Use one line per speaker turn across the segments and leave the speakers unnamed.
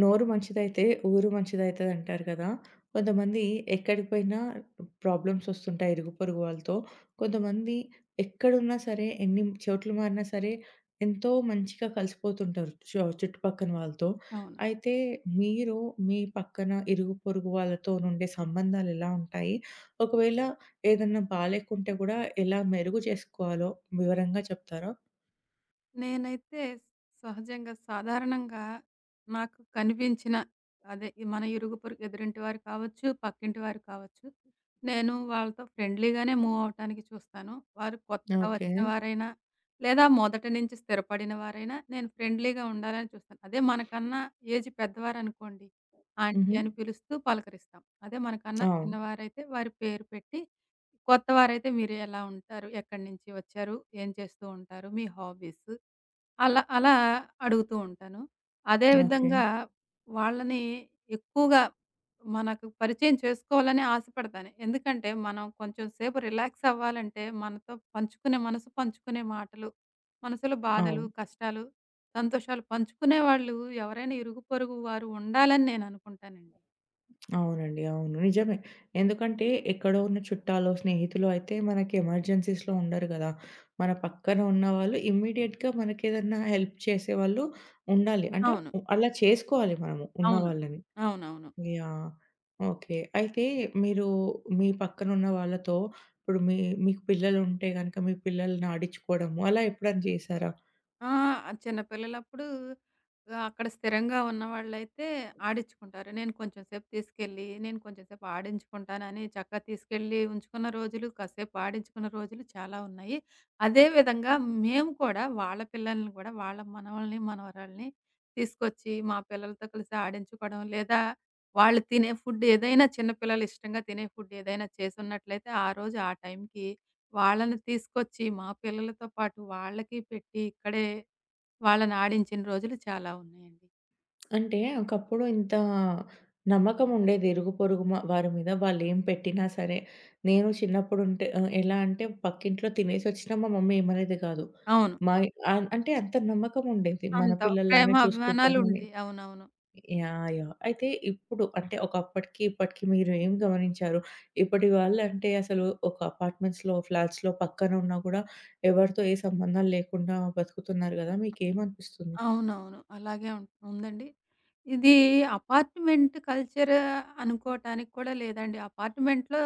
నోరు మంచిదైతే ఊరు మంచిదైతదంటారు కదా! కొంతమంది ఎక్కడికి పోయినా ప్రాబ్లమ్స్ వస్తుంటాయి ఇరుగు పొరుగు వాళ్ళతో. కొంతమంది ఎక్కడున్నా సరే, ఎన్ని చోట్లు మారినా సరే, ఎంతో మంచిగా కలిసిపోతుంటారు చుట్టుపక్కన వాళ్ళతో.
అవును.
అయితే మీరు మీ పక్కన ఇరుగు పొరుగు వాళ్ళతో నుండే సంబంధాలు ఎలా ఉంటాయి? ఒకవేళ ఏదన్నా బాలేకుంటే గూడా ఎలా మెరుగు చేసుకోవాలో వివరంగా చెప్తారా?
నేనైతే సహజంగా సాధారణంగా నాకు కనిపించిన అదే ఈ మన ఇరుగు పొరుగు ఎదురింటి వారు కావచ్చు, పక్కింటి వారు కావచ్చు. నేను వాళ్ళతో ఫ్రెండ్లీగానే మూవ్ అవ్వటానికి చూస్తాను. వారు కొత్తగా
ఓకే.
వచ్చిన వారైనా, లేదా మొదటి నుంచి స్థిరపడిన వారైనా నేను ఫ్రెండ్లీగా ఉండాలని చూస్తాను. అదే మనకన్నా ఏజ్ పెద్దవారనుకోండి, ఆంటీ
హుహు.
అని పిలుస్తూ పలకరిస్తాం. అదే మనకన్నా
అవును.
చిన్నవారైతే వారి పేరు పెట్టి కొత్త వారైతే మీరు ఎలా ఉంటారు? ఎక్కడి నుంచి వచ్చారు? ఏం చేస్తూ ఉంటారు? మీ హాబీస్? అలా అలా అడుగుతూ ఉంటాను. అదే
ఓకే.
విధంగా వాళ్ళని ఎక్కువగా మనకు పరిచయం చేసుకోవాలని ఆశపడతాను. ఎందుకంటే మనం కొంచెం సేపు రిలాక్స్ అవ్వాలంటే మనతో పంచుకునే మనసు పంచుకునే మాటలు, మనసులో బాధలు,
అవును.
కష్టాలు, సంతోషాలు పంచుకునే వాళ్ళు ఎవరైనా ఇరుగు పొరుగు వారు ఉండాలని నేను అనుకుంటానండి.
అవునండి. అవును. నిజమే. ఎందుకంటే ఎక్కడో ఉన్న చుట్టాలో, స్నేహితులో అయితే మనకి ఎమర్జెన్సీస్‌లో ఉండరు గదా! మన పక్కన ఉన్నవాళ్ళు ఇమ్మీడియేట్‌గా మనకేదన్నా హెల్ప్ చేసేవాళ్ళు ఉండాలి. అంటే
అవును.
అలా చేసుకోవాలి మనము ఉన్న
అవును.
వాళ్ళని.
అవునవును.
యాహ్! ఓకే. అయితే మీరు మీ పక్కన ఉన్న వాళ్ళతో ఇప్పుడు మీకు పిల్లలుంటే గనక మీ పిల్లల్ని ఆడించుకోవడము అలా ఎప్పుడన్నా చేశారా?
ఆ! చిన్నపిల్లలప్పుడు అక్కడ స్థిరంగా ఉన్నవాళ్ళైతే ఆడించుకుంటారు. నేను కొంచెం సేపు తీసుకెళ్ళి, నేను కొంచెం సేపు ఆడించుకుంటానని చక్కగా తీసుకెళ్ళి ఉంచుకున్న రోజులు, కాసేపు ఆడించుకున్న రోజులు చాలా ఉన్నాయి. అదే విధంగా మేము కూడా వాళ్ళ పిల్లల్ని కూడా వాళ్ళ మనవల్ని, మనవరాల్ని తీసుకొచ్చి మా పిల్లలతో కలిసి ఆడించుకోవడం, లేదా వాళ్ళు తినే ఫుడ్ ఏదైనా చిన్న పిల్లలు ఇష్టంగా తినే ఫుడ్ ఏదైనా చేసున్నట్లయితే ఆ రోజు ఆ టైంకి వాళ్ళని తీసుకొచ్చి మా పిల్లలతో పాటు వాళ్ళకి పెట్టి ఇక్కడే వాళ్ళని ఆడించిన రోజులు చాలా ఉన్నాయండి.
అంటే ఒకప్పుడు ఇంత నమ్మకం ఉండేది ఇరుగు పొరుగు వారి మీద. వాళ్ళేం పెట్టినా సరే, నేను చిన్నప్పుడుంటే ఆహ్, ఎలా అంటే పక్కింట్లో తినేసొచ్చినా మా మమ్మీ ఏమనేది కాదు.
అవును.
మై ఆహ్, అంటే అంత నమ్మకం ఉండేది. మన
అంత ప్రేమ
పిల్లల్లానే చూసుకుంటామని.
అభిమానాలుండేయి. అవునవును.
యాహ్! యాహ్! అయితే ఇప్పుడు అంటే ఒకప్పటికి, ఇప్పటికి మీరు ఏం గమనించారు? ఇప్పటి వాళ్ళంటే అసలు ఒక అపార్ట్మెంట్స్‌లో, ఫ్లాట్స్‌లో పక్కన ఉన్నా కూడా ఎవరితో ఏ సంబంధాలు లేకుండా బతుకుతున్నారు కదా! మీకేమనిపిస్తుంది?
అవునవును. అలాగే ఉం ఉందండి. ఇది అపార్ట్‌మెంట్ కల్చర్ అనుకోటానికి కూడా లేదండి. అపార్ట్‌మెంట్‌లో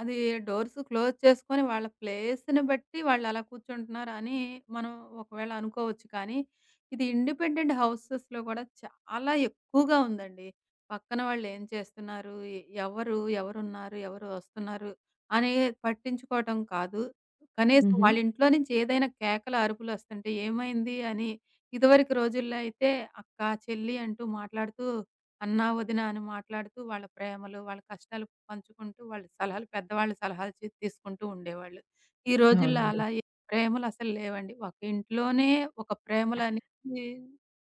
అది డోర్స్ క్లోజ్ చేసుకొని వాళ్ళ ప్లేస్‌ని బట్టి వాళ్ళలా కూర్చుంటున్నారు అని మనం ఒకవేళ అనుకోవచ్చు. కానీ ఇది ఇండిపెండెంట్ హౌసెస్‌లో కూడా చాలా ఎక్కువగా ఉందండి. పక్కన వాళ్ళేం చేస్తున్నారు? ఎవరు? ఎవరున్నారు? ఎవరు వస్తున్నారు? అని పట్టించుకోవటం కాదు. కనీసం
హుహు.
వాళ్ళ ఇంట్లో నుంచి ఏదైనా కేకలు, అరుపులొస్తుంటే ఏమైంది అని ఇదివరకు రోజుల్లో అయితే అక్క, చెల్లి అంటూ మాట్లాడుతూ, అన్నా, వదిన అని మాట్లాడుతూ వాళ్ళ ప్రేమలు, వాళ్ళ కష్టాలు పంచుకుంటూ, వాళ్ళ సలహాలు పెద్దవాళ్ళ సలహాలు తీసుకుంటూ ఉండేవాళ్ళు. ఈ రోజుల్లో
అవునండి.
అలా ఏ ప్రేమలసలు లేవండి. ఒక ఇంట్లోనే ఒక ప్రేమలనేవి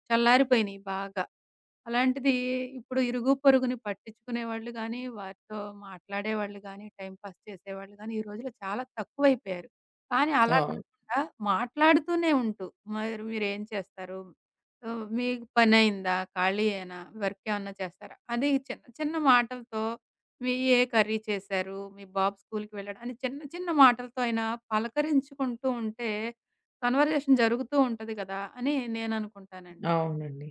చల్లారిపోయినియి బాగా. అలాంటిది ఇప్పుడు ఇరుగు పొరుగుని పట్టించుకునేవాళ్ళు గానీ, వారితో మాట్లాడేవాళ్ళు గానీ, టైమ్ పాస్ చేసేవాళ్ళు గానీ, ఈ రోజుల్లో చాలా తక్కువైపోయారు. కానీ అలా
అవును.
కాకుండా మాట్లాడుతూనే ఉంటూ, మరి మీరేం చేస్తారు? మీకు పనయిందా? ఖాళీయేనా? వర్కేమన్నా చేస్తారా? అది చిన్న చిన్న మాటలతో మీ ఏ కర్రీ చేశారు? మీ బాబు స్కూలుకి వెళ్ళాడా? అని చిన్న చిన్న మాటలతో అయినా పలకరించుకుంటూ ఉంటే కన్వర్జేషన్ జరుగుతూ ఉంటది గదా! అని నేననుకుంటానండి.
అవునండి.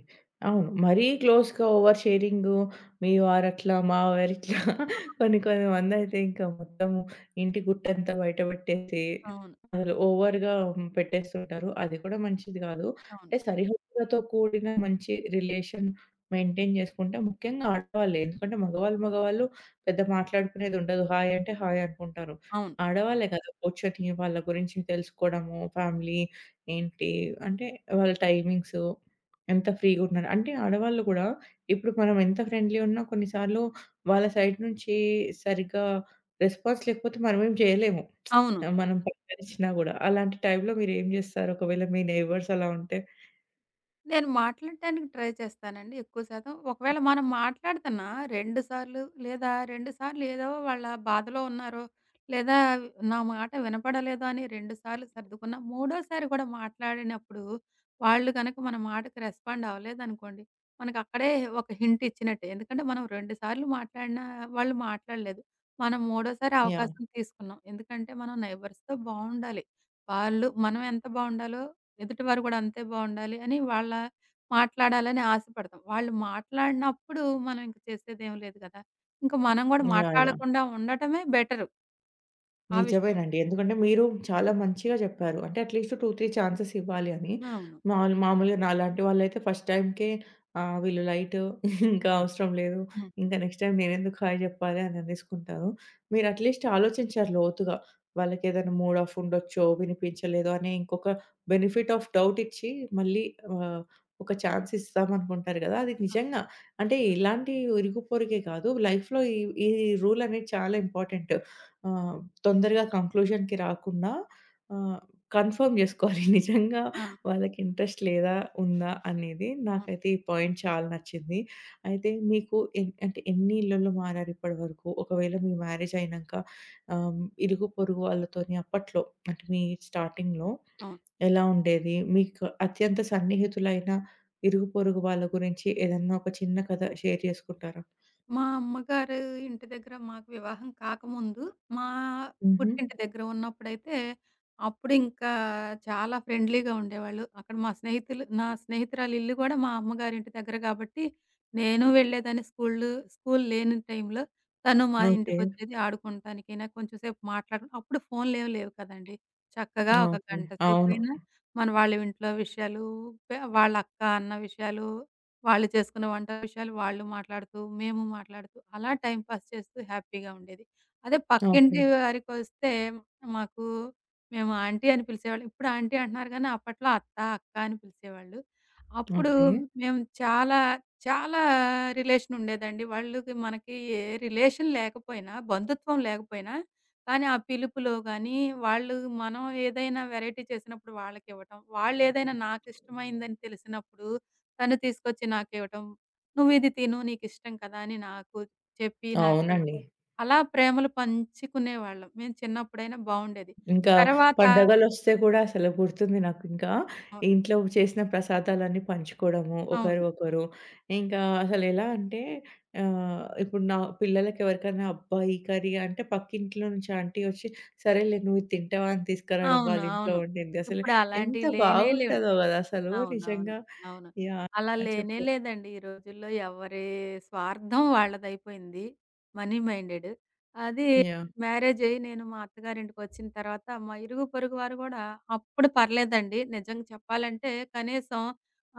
అవును. మరీ క్లోజ్‌గా ఓవర్ షేరింగు, మీ వారట్లా, మా వారిట్లా కొన్ని కొన్ని మందైతే ఇంకా మొత్తము ఇంటి గుట్టంతా బయట పెట్టేసి
అవును.
అసలు ఓవర్‌గా పెట్టేస్తుంటారు. అది కూడా మంచిది గాదు.
అవును.
అంటే సరిహద్దులతో కూడిన మంచి రిలేషన్ మెయింటైన్ జేసుకుంటే ముఖ్యంగా ఆడవాళ్ళు. ఎందుకంటే మగవాళ్ళు పెద్ద మాట్లాడుకునేది ఉండదు. హాయ్ అంటే హాయ్ అనుకుంటారు.
అవును.
ఆడవాళ్ళే కదా! కూర్చొని వాళ్ళ గురించి తెలుసుకోవడము, ఫ్యామిలీ ఏంటి అంటే వాళ్ళ టైమింగ్సు ఎంత ఫ్రీగున్నారు. అంటే ఆడవాళ్ళు గూడా ఇప్పుడు మనం ఎంత ఫ్రెండ్లీ ఉన్నా కొన్నిసార్లు వాళ్ళ సైడ్ నుంచి సరిగ్గా రెస్పాన్స్ లేకపోతే మనమేం జేయలేము.
అవును.
మనం పలకరించినా గూడా. అలాంటి టైంలో మీరేం జేస్తారు ఒకవేళ మీ నైబర్స్ అలా ఉంటే?
నేను మాట్లాడటానికి ట్రై చేస్తానండి ఎక్కువ శాతం. ఒకవేళ మనం మాట్లాడుతున్నా 2 సార్లు లేదా 2 సార్లు ఏదో వాళ్ళ బాధలో ఉన్నారో, లేదా నా మాట వినపడలేదో అని 2 సార్లు సర్దుకున్నా, మూడోసారి కూడా మాట్లాడినప్పుడు వాళ్ళు గనక మన మాటకు రెస్పాండ్ అవ్వలేదనుకోండి, మనకక్కడే ఒక హింట్ ఇచ్చినట్టే. ఎందుకంటే మనం 2 సార్లు మాట్లాడినా వాళ్ళు మాట్లాడలేదు. మనం మూడోసారి
యాహ్!
అవకాశం తీసుకున్నాం. ఎందుకంటే మనం నైబర్స్‌తో బావుండాలి. వాళ్ళు మనం ఎంత బావుండాలో ఎదుటివారు గూడా అంతే బావుండాలి అని వాళ్ళ మాట్లాడాలని ఆశపడతాం. వాళ్ళు మాట్లాడినప్పుడు మనం ఇంక చేసేదేం లేదు గదా! ఇంక మనం గూడా
యాహ్! యాహ్!
మాట్లాడకుండా ఉండటమే బెటరు ఆ విషయం.
నిజమేనండి. ఎందుకంటే మీరు చాలా మంచిగా జెప్పారు. అంటే అట్‌లీస్ట్ 2, 3 ఛాన్సెస్ ఇవ్వాలి అని.
అవును.
మామూలుగా నాలాంటి వాళ్ళైతే ఫస్ట్ టైమ్‌కే ఆహ్, వీళ్ళు లైటు ఇంకా అవసరం లేదు.
హ్మ్.
ఇంకా నెక్స్ట్ టైమ్ నేనెందుకు హాయ్ జెప్పాలి అని అనేసుకుంటారు. మీరు అట్‌లీస్ట్ ఆలోచించారు లోతుగా. వాళ్ళకేదైనా మూడ్ ఆఫ్ ఉండొచ్చో, వినిపించలేదో అనే ఇంకొక బెనిఫిట్ ఆఫ్ డౌట్ ఇచ్చి మళ్ళీ ఆహ్, ఒక ఛాన్స్ ఇస్తామనుకుంటారు గదా! అది నిజంగా అంటే ఇలాంటి ఇరుగు పొరుగే కాదు లైఫ్‌లో ఈ ఈ రూల్ అనేది చాలా ఇంపార్టెంట్. ఆ! తొందరగా కంక్లూజన్‌కి రాకుండా ఆహ్, కన్ఫర్మ్ జేసుకోవాలి. నిజంగా
ఆ!
వాళ్ళకి ఇంట్రెస్ట్ లేదా? ఉందా? అనేది.
ఆ!
నాకైతే ఈ పాయింట్ చాలా నచ్చింది. అయితే మీకు అంటే ఎన్ని ఇళ్లల్లో మారారు ఇప్పటివరకు? ఒకవేళ మీ మ్యారేజ్ అయినంక ఆహ్, ఇరుగు పొరుగు వాళ్ళతోని అప్పట్లో అంటే మీ స్టార్టింగ్‌లో
అవును.
ఎలా ఉండేది? మీకు అత్యంత సన్నిహితులైన ఇరుగు పొరుగు వాళ్ళ గురించి ఏదన్నా ఒక చిన్న కథ షేర్ చేసుకుంటారా?
మా అమ్మగారు ఇంటి దగ్గర మాకు వివాహం కాకముందు, మా
హుహు.
పుట్టింటి దగ్గర ఉన్నప్పుడైతే, అప్పుడు ఇంకా చాలా ఫ్రెండ్లీగా ఉండేవాళ్ళు. అక్కడ మా స్నేహితులు నా స్నేహితురాలు ఇల్లు గూడా మా అమ్మగారింటి దగ్గర గాబట్టి, నేను వెళ్ళేదాన్ని స్కూలు స్కూలు లేని టైంలో. తను మా
ఓకే.
ఇంటికొచ్చేది ఆడుకుంటానికైనా, కొంచెం సేపు మాట్లాడు అప్పుడు ఫోన్‌లేమి లేవు కదండీ. చక్కగా ఒక
ఓకే.
గంట
అవును.
సేపైనా మన వాళ్ళ ఇంట్లో విషయాలు, వాళ్ళ అక్క, అన్న విషయాలు వాళ్ళు చేసుకున్న వంట విషయాలు వాళ్ళు మాట్లాడుతూ, మేము మాట్లాడుతూ అలా టైమ్ పాస్ చేస్తూ హ్యాపీగా ఉండేది. అదే
ఓకే.
పక్కింటి వారికొస్తే మాకు మేము ఆంటీ అని పిలిచేవాళ్ళం. ఇప్పుడు ఆంటీ అంటున్నారు గానీ అప్పట్లో అత్త, అక్క అని పిలిచేవాళ్ళు. అప్పుడు
ఓకే.
మేము చాలా, చాలా రిలేషన్ ఉండేదండి. వాళ్ళకి మనకి ఏ రిలేషన్ లేకపోయినా, బంధుత్వం లేకపోయినా కానీ ఆ పిలుపులో గానీ, వాళ్ళు మనం ఏదైనా వెరైటీ చేసినప్పుడు వాళ్ళకివ్వటం, వాళ్ళేదైనా నాకిష్టమైందని తెలిసినప్పుడు తను తీసుకొచ్చి నాకివ్వటం. "నువ్విది తిను నీకిష్టం కదా!" అని నాకు చెప్పి
అవునండి.
నాకివ్వటం. అలా ప్రేమలు పంచుకునేవాళ్ళం. మేము చిన్నప్పుడైనా బావుండేది.
ఇంకా
తర్వాత
పండగలొస్తే కూడా అసలు గుర్తుంది నాకింకా.
అవును.
ఇంట్లో చేసిన ప్రసాదాలన్నీ పంచుకోవడము
అవును.
ఒకరు ఒకరు. ఇంకా అసలెలా అంటే ఆహ్, ఇప్పుడు నా పిల్లలకెవరికైనా అబ్బా! ఈ కర్రీ అంటే పక్కింట్లో నుంచి ఆంటీ వచ్చి, "సరేలే నువ్వు ఇది తింటావా?" అని తీసుకురావడం
అవును.
వాళ్ళింట్లో
అవును.
వండింది. అసలు
ఇప్పుడు
ఎంత
అలాంటివి లేనే లేవు.
బాగుంటదో గదా! అసలు
అవునవును.
నిజంగా.
అవును.
యాహ్!
అలా లేనే
చెప్పు.
లేదండి. ఈ రోజుల్లో ఎవరి స్వార్థం వాళ్ళదయిపోయింది. Money minded. అది
యాహ్!
మ్యారేజ్ అయ్యి నేను మా అత్తగారింటికొచ్చిన తర్వాత మా ఇరుగు పొరుగు వారు గూడా అప్పుడు పర్లేదండి. నిజంగా చెప్పాలంటే కనీసం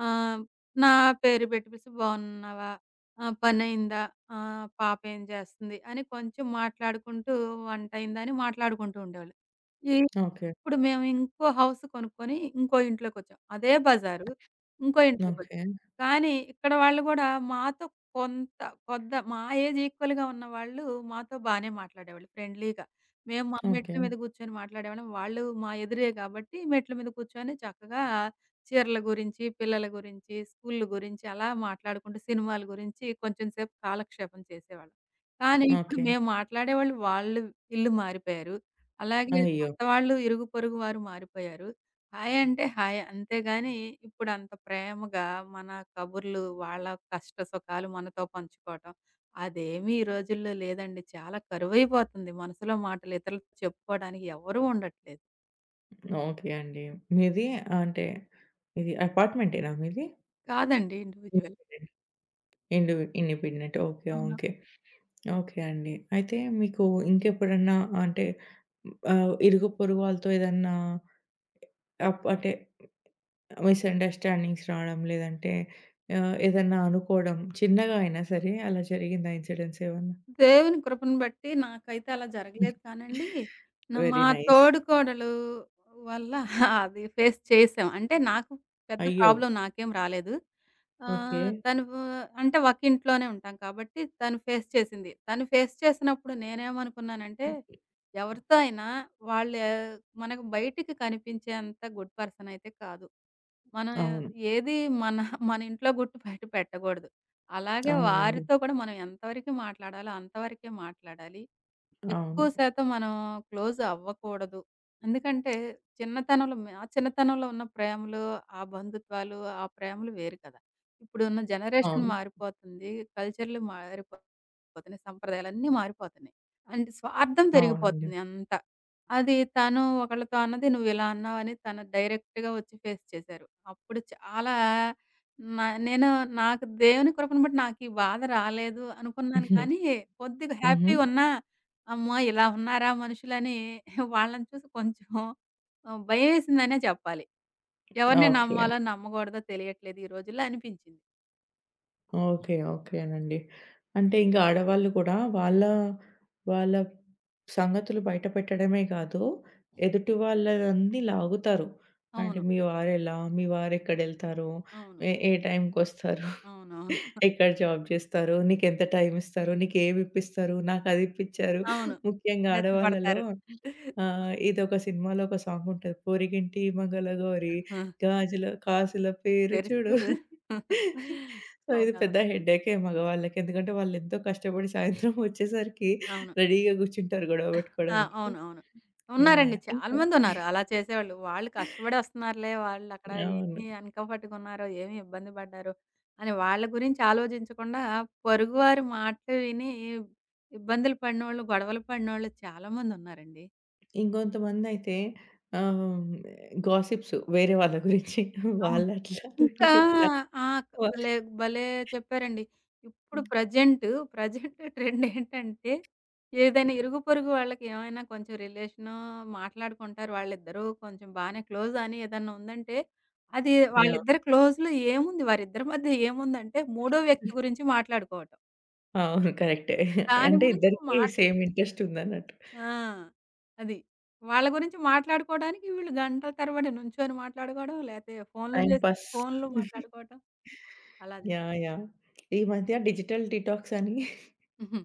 ఆహ్, నా పేరు పెట్టి పిలిసి బావున్నావా? పనయిందా? పాప ఏం జేస్తుంది? అని కొంచెం మాట్లాడుకుంటూ వంటయిందా? అని మాట్లాడుకుంటూ ఉండేవాళ్ళు. ఈ
ఓకే.
ఇప్పుడు మేము ఇంకో హౌస్ కొనుక్కొని, ఇంకో ఇంట్లోకొచ్చాం. అదే బజారు. ఇంకో ఇంట్లోకి
ఓకే.
కానీ ఇక్కడ వాళ్ళు గూడా మాతో కొంత కొద్ద మా ఏజ్ ఈక్వల్‌గా ఉన్న వాళ్ళు మాతో బానే మాట్లాడేవాళ్ళు ఫ్రెండ్లీగా. మేము మా
ఓకే.
మెట్ల మీద కూర్చొని మాట్లాడేవాళ్ళం. వాళ్ళు మా ఎదురే కాబట్టి మెట్ల మీద కూర్చొని చక్కగా చీరల గురించి, పిల్లల గురించి, స్కూల్లు గురించి అలా మాట్లాడుకుంటూ సినిమాల గురించి కొంచెం సేపు కాలక్షేపం చేసేవాళ్ళం. కానీ ఇప్పుడు
ఓకే.
మేము మాట్లాడేవాళ్ళు వాళ్ళు ఇల్లు మారిపోయారు. అలాగే
అయ్యో!
కొత్తవాళ్ళు ఇరుగు పొరుగు వారు మారిపోయారు. హాయ్ అంటే హాయే. అంతేగాని ఇప్పుడంత ప్రేమగా మన కబుర్లు, వాళ్ళ కష్ట సుఖాలు మనతో పంచుకోవటం, అదేమీ ఈ రోజుల్లో లేదండి. చాలా కరువైపోతుంది. మనసులో మాటలు ఇతరులతో చెప్పుకోవడానికి ఎవ్వరూ ఉండట్లేదు.
ఓకే అండి. మీది అంటే ఇది అపార్ట్‌మెంటేనా మీది?
కాదండి ఇండివిడ్యువల్.
ఇండిపెండెంట్. ఇండి ఇండిపెండెంట్. ఓకే.
అవును.
ఓకే. ఓకే అండి. అయితే మీకు ఇంకెప్పుడన్నా అంటే ఆహ్, ఇరుగు పొరుగు వాళ్ళతో ఏదన్నా అంటే మిస్‌అండర్‌స్టాండింగ్స్ రావడం లేదంటే ఆహ్, ఏదన్నా అనుకోవడం చిన్నగా అయినా సరే అలా జరిగిందా ఇన్సిడెంట్స్ ఏమన్నా?
దేవుని కృపను బట్టి నాకైతే అలా జరగలేదు కానండి. మా
వెరీ నైస్.
తోడికోడలు వల్ల అది ఫేస్ చేసాం. అంటే పెద్ద
అయ్యో!
ప్రాబ్లమ్ నాకేం రాలేదు.
ఓకే.
తను అంటే ఒకింట్లోనే ఉంటాం కాబట్టి తను ఫేస్ చేసింది. తను ఫేస్ చేసినప్పుడు నేనేమనుకున్నానంటే, ఎవరితో అయినా వాళ్ళు ఏ- మనకు బయటికి కనిపించేంత గుడ్ పర్సన్ అయితే కాదు. మనం
అవును.
ఏది మన మన ఇంట్లో గుట్టు బయట పెట్టకూడదు. అలాగే
అవునండి.
వారితో కూడా మనం ఎంతవరకు మాట్లాడాలో అంతవరకే మాట్లాడాలి.
అవును.
ఎక్కువ శాతం మనం క్లోజ్ అవ్వకూడదు. ఎందుకంటే చిన్నతనంలో ఆ చిన్నతనంలో ఉన్న ప్రేమలు, ఆ బంధుత్వాలు, ఆ ప్రేమలు వేరు కదా! ఇప్పుడున్న జనరేషన్
అవును.
మారిపోతుంది. కల్చర్‌లు మారిపోతున్నాయి. సంప్రదాయాలన్నీ మారిపోతున్నాయి. అండ్ స్వార్థం
అవునండి.
పెరిగిపోతుంది అంతా. అది తను ఒకళ్ళతో అన్నది నువ్విలా అన్నావని తను డైరెక్ట్‌గా వచ్చి ఫేస్ చేశారు. అప్పుడు చాలా నా నేను నాకు దేవుని కృపను బట్టి నాకు ఈ బాధ రాలేదు అనుకున్నాను.
హుహు.
కానీ కొద్దిగా
హుహు.
హ్యాపీ‌గున్నా అమ్మో! ఇలా ఉన్నారా మనుషులని వాళ్ళని చూసి కొంచెం భయమేసిందనే చెప్పాలి. ఎవరిని
ఓకే.
నమ్మాలో నమ్మకూడదో తెలియట్లేదు ఈ రోజుల్లో అనిపించింది.
ఓకే. ఓకేనండి. అంటే ఇంక ఆడవాళ్ళు కూడా వాళ్ళ సంగతులు బయట పెట్టడమే కాదు, ఎదుటి వాళ్ళదన్నీ లాగుతారు. అంటే
అవును.
మీ వారెలా? మీ వారెక్కడెళ్తారు?
అవును.
ఏ ఏ టైంకొస్తారు?
అవునవును.
ఎక్కడ జాబ్ చేస్తారు? నీకెంత టైమిస్తారు? నీకేమిప్పిస్తారు? నాకదిప్పిచ్చారు.
అవును.
ముఖ్యంగా
అవును
ఆడవాళ్ళలో
రెచ్చగొడతారు.
ఆహ్, ఇదొక సినిమాలో ఒక సాంగుంటది. పొరిగింటి మంగళగౌరి
ఆ!
గాజుల కాసుల పేరు చూడు.
పెరిచూడు.
సో, ఇది
అవునవును.
పెద్ద హెడ్‌ఏకే మగవాళ్ళకి. ఎందుకంటే వాళ్ళెంతో కష్టపడి సాయంత్రం వచ్చేసరికి
అవును.
రెడీగా కూర్చుంటారు గొడవ
ఆ!
పెట్టుకోవడానికి.
అవును. అవును.
యాహ్!
ఉన్నారండి.
యాహ్!
చాలా
ఇంకా
మందున్నారు అలా చేసేవాళ్ళు. వాళ్ళు కష్టపడి వస్తున్నారులే, వాళ్ళక్కడ
అవును.
ఏమి వెనకపట్టుకున్నారో, ఏమి ఇబ్బంది పడ్డారో అని వాళ్ళ గురించి ఆలోచించకుండా పొరుగువారి మాటలు విని ఇబ్బందులు పడినోళ్ళు, గొడవలు పడినోళ్ళు చాలా మందున్నారండి.
ఇంకొంతమందయితే ఆహ్, గాసిప్స్ వేరే వాళ్ళ గురించి వాళ్ళట్లా
ఇంకా
వీళ్ళిట్లా
ఆ!
వా
భలే, భలే చెప్పారండి. ఇప్పుడు ప్రెజెంట్ ట్రెండ్ ఏంటంటే ఏదైనా ఇరుగు పొరుగు వాళ్ళకి ఏమైనా కొంచెం రిలేషనో మాట్లాడుకుంటారు. వాళ్ళిద్దరూ కొంచెం బానే క్లోజ్ అని ఏదన్నా ఉందంటే, అది
యాహ్!
వాళ్ళిద్దరి క్లోజ్‌లో ఏముంది? వారిద్దరి మధ్య ఏముందంటే మూడో వ్యక్తి గురించి మాట్లాడుకోవటం.
అవును. కరెక్టే.
దాని
అంటే
గురించి
ఇద్దరికీ
మాట్
సేమ్ ఇంట్రెస్ట్ ఉందన్నట్టు.
ఆ! అది. వాళ్ళ గురించి మాట్లాడుకోవడానికి వీళ్ళు గంటల తరబడి నుంచొని మాట్లాడుకోవడం, లేతే
టైమ్ పాస్.
ఫోన్‌లు మాట్లాడుకోవటం అలా జ
యాహ్! యాహ్! ఈ మధ్య డిజిటల్ డీటాక్స్ అని
హుహు.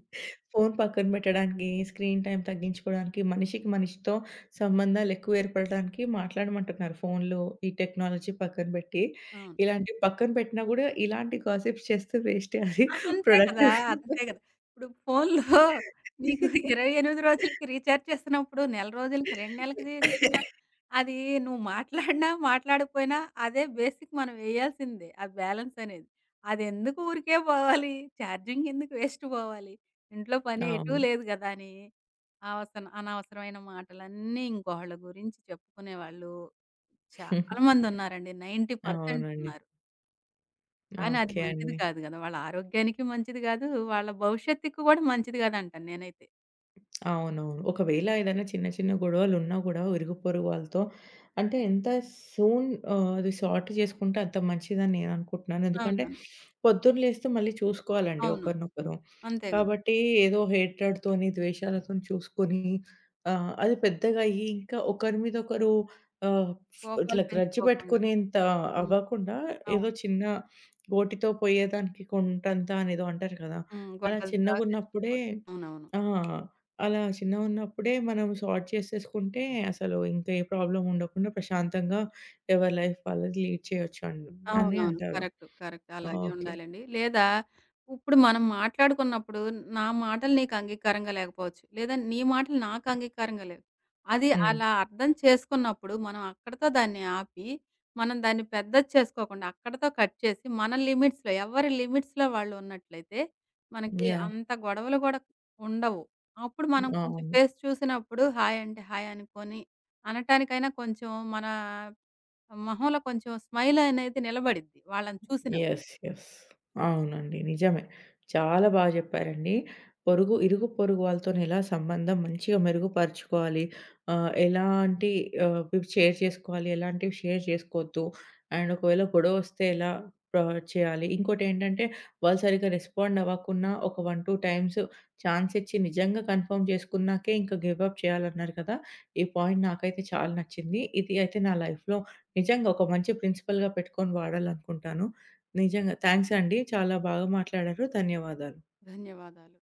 ఫోను పక్కన బెట్టడానికి, స్క్రీన్ టైమ్ తగ్గించుకోడానికి, మనిషికి మనిషితో సంబంధాలెక్కువ ఏర్పడటానికి మాట్లాడమంటున్నారు. ఫోన్లు, ఈ టెక్నాలజీ పక్కన బెట్టి.
అవును.
ఇలాంటివి పక్కన బెట్టినా గూడా ఇలాంటి గాసిప్స్ చేస్తే వేస్టే అది
ఆ! అంతే కదా!
ప్రొడక్టివ్
అంతే కదా! ఇప్పుడు ఫోన్‌లో నీకు 28 రోజులకి రీచార్జ్ చేస్తున్నప్పుడు, నెల రోజులకి, 2 నెలలకి చేసినా అది నువ్వు మాట్లాడినా, మాట్లాడకపోయినా అదే బేసిక్ మనం వేయాల్సిందే. ఆ బ్యాలెన్స్ అనేది. అదెందుకు ఊరికే పోవాలి? ఛార్జింగ్ ఎందుకు వేస్ట్ పోవాలి? ఇంట్లో పని ఎటూ
అవును.
లేదు కదా! అని అనవసరమైన మాటలన్నీ ఇంకోళ్ళ గురించి చెప్పుకునేవాళ్ళు చాలా మందున్నారండి. 90%
అవునండి.
ఉన్నారు. కానీ అది
ఓకే
మంచిది
అండి.
కాదు గదా! వాళ్ళ ఆరోగ్యానికి మంచిది గాదు. వాళ్ళ భవిష్యత్తుకి గూడా మంచిది గాదంటాను నేనైతే.
అవునవును. ఒకవేళ ఏదైనా చిన్న చిన్న గొడవలున్నా గూడా ఇరుగు పొరుగు వాళ్ళతో అంటే ఎంత సూన్ ఆహ్, అది సార్ట్ చేసుకుంటే అంత మంచిదని నేననుకుంటున్నాను. ఎందుకంటే
అవునవును.
పొద్దున లేస్తే మళ్ళీ చూసుకోవాలండి
అవును.
ఒకరినొకరు.
అంతే గదా!
కాబట్టి ఏదో హేట్రేడ్‌తోని, ద్వేషాలతోని చూసుకొని ఆహ్, అది పెద్దగా అయ్యి ఇంకా ఒకరి మీద ఒకరు ఆహ్,
కోపాలు
ఇట్లా గ్రడ్జ్
పెంచుకోకుండా.
పెట్టుకునేంత
హ్మ్.
అవ్వకుండా ఏదో
అవును.
చిన్న గోటితో పోయేదానికి కొంటంత అనేదో అంటారు కదా!
హ్మ్.
అలా
గొడ్డలి దాకా
చిన్నగున్నప్పుడే
తెచ్చుకోకూడదు. అవునవును.
ఆ! అలా చిన్నగున్నప్పుడే మనం సార్ట్ చేసేసుకుంటే అసలు ఇంక ఏ ప్రాబ్లమ్ ఉండకుండా ప్రశాంతంగా ఎవరి లైఫ్ వాళ్ళది లీడ్ చేయొచ్చు అని
అవునవును.
అంటారు.
కరెక్టు. కరెక్ట్. అలాగే
ఓకే.
ఉండాలండి. లేదా ఇప్పుడు మనం మాట్లాడుకున్నప్పుడు నా మాటలు నీకు అంగీకారంగా లేకపోవచ్చు. లేదా నీ మాటలు నాకు అంగీకారంగా లేవు. అది
హ్మ్.
అలా అర్థం చేసుకున్నప్పుడు మనం అక్కడితో దాన్ని ఆపి, మనం దాన్ని పెద్దది చేసుకోకుండా అక్కడితో కట్ చేసి, మన లిమిట్స్‌లో ఎవరి లిమిట్స్‌లో వాళ్ళు ఉన్నట్లయితే మనకి
యాహ్!
అంత గొడవలు కూడా ఉండవు. అప్పుడు మనం కొంచెం
అవును.
ఫేస్ చూసినప్పుడు హాయ్ అంటే హాయ్ అనుకోని, అనటానికైనా కొంచెం మన మొహంలో కొంచెం స్మైల్ అనేది నిలబడిద్ది వాళ్ళని చూసినప్పుడు.
యెస్. యెస్. అవునండి. నిజమే. చాలా బాగా చెప్పారండి. ఇరుగు పొరుగు వాళ్ళతోని ఎలా సంబంధం మంచిగా మెరుగుపరుచుకోవాలి. ఆహ్, ఎలాంటి ఆహ్, ఇవి షేర్ చేసుకోవాలి. ఎలాంటివి షేర్ చేసుకోవద్దు. అండ్ ఒకవేళ గొడవొస్తే ఎలా ప చేయాలి. ఇంకోటేంటంటే వాళ్ళు సరిగ్గా రెస్పాండ్ అవ్వకున్నా ఒక 1, 2 టైమ్స్ ఛాన్స్ ఇచ్చి నిజంగా కన్ఫర్మ్ చేసుకున్నాకే ఇంకా గివ్ అప్ చేయాలన్నారు కదా! ఈ పాయింట్ నాకైతే చాలా నచ్చింది. ఇది అయితే నా లైఫ్‌లో నిజంగా ఒక మంచి ప్రిన్సిపల్‌గా పెట్టుకొని వాడాలనుకుంటాను. నిజంగా. థాంక్స్ అండి. చాలా బాగా మాట్లాడారు. ధన్యవాదాలు.
ధన్యవాదాలు.